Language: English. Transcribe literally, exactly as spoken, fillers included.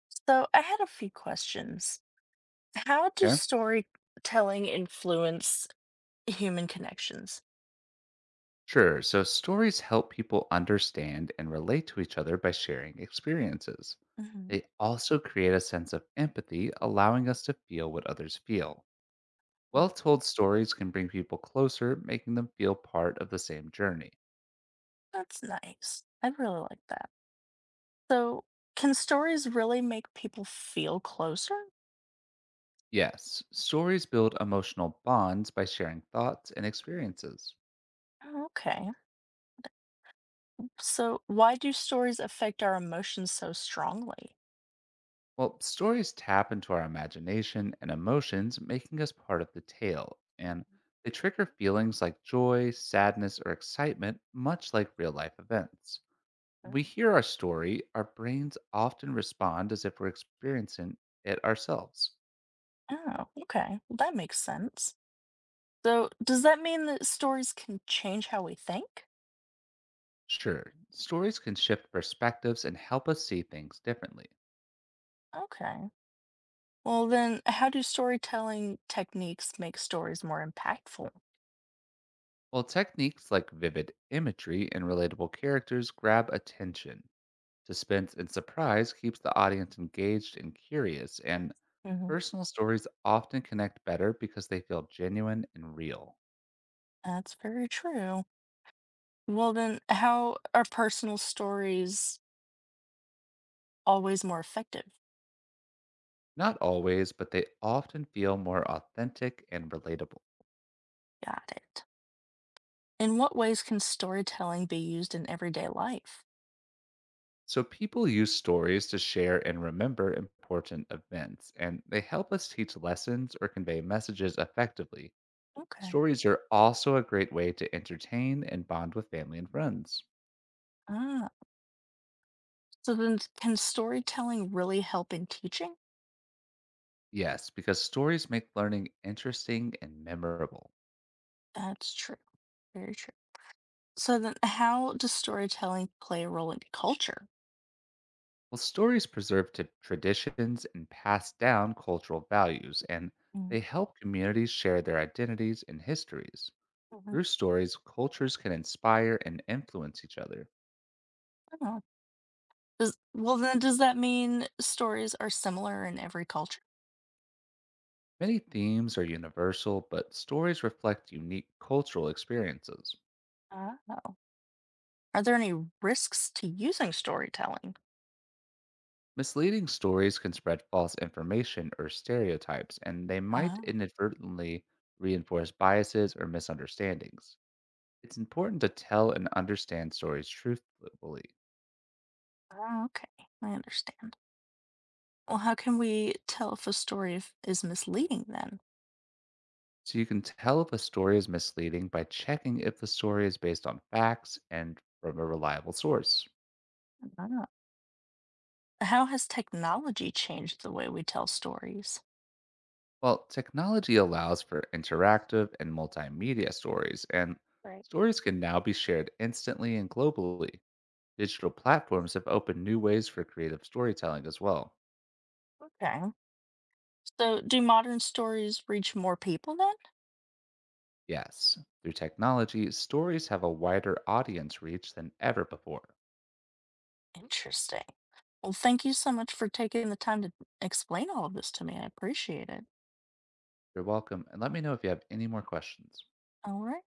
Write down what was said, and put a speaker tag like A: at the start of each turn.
A: So I had a few questions. How do
B: Okay.
A: storytelling influence human connections?
B: Sure. So stories help people understand and relate to each other by sharing experiences.
A: Hmm.
B: They also create a sense of empathy, allowing us to feel what others feel.
A: Mm,
B: Well told stories can bring people closer, making them feel part of the same journey.
A: that's nice. I really like that. So can stories really make people feel closer?
B: Yes, stories build emotional bonds by sharing thoughts and experiences.
A: Oh, okay. So why do stories affect our emotions so strongly?
B: Well, stories tap into our imagination and emotions, making us part of the tale, and they trigger feelings like joy, sadness, or excitement, much like real life events. When
A: Mm.
B: we hear our story, our brains often respond as if we're experiencing it ourselves.
A: Oh, okay, well, that makes sense. So does that mean that stories can change how we think?
B: Sure, stories can shift perspectives and help us see things differently.
A: Okay. Well, then how do storytelling techniques make stories more impactful?
B: While techniques like vivid imagery and relatable characters grab attention. Suspense and surprise keeps the audience engaged and curious, and
A: Mhm.
B: personal stories often connect better because they feel genuine and real.
A: That's very true. Well, then, how are personal stories always more effective?
B: Not always, but they often feel more authentic and relatable.
A: Got it. In what ways can storytelling be used in everyday life?
B: So people use stories to share and remember important events, and they help us teach lessons or convey messages effectively.
A: Okay.
B: Stories are also a great way to entertain and bond with family and friends.
A: Ah, so then can storytelling really help in teaching?
B: Yes, because stories make learning interesting and memorable.
A: That's true. Very true. So then, how does storytelling play a role in culture?
B: Well, stories preserve t- traditions and pass down cultural values, and
A: Mm.
B: they help communities share their identities and histories.
A: Mhm.
B: Through stories, cultures can inspire and influence each other.
A: Oh. Does, well, then, does that mean stories are similar in every culture?
B: Many themes are universal, but stories reflect unique cultural experiences.
A: Oh. Are there any risks to using storytelling?
B: Misleading stories can spread false information or stereotypes, and they might
A: Oh.
B: inadvertently reinforce biases or misunderstandings. It's important to tell and understand stories truthfully.
A: Oh, okay, I understand. Well, how can we tell if a story if- is misleading then?
B: So you can tell if a story is misleading by checking if the story is based on facts and from a reliable source.
A: Ah. How has technology changed the way we tell stories?
B: Well, technology allows for interactive and multimedia stories, and
A: Right.
B: stories can now be shared instantly and globally. Digital platforms have opened new ways for creative storytelling as well.
A: Okay. So, do modern stories reach more people then?
B: Yes, through technology, stories have a wider audience reach than ever before.
A: Interesting. Well, thank you so much for taking the time to explain all of this to me. I appreciate it.
B: You're welcome, and let me know if you have any more questions.
A: All right.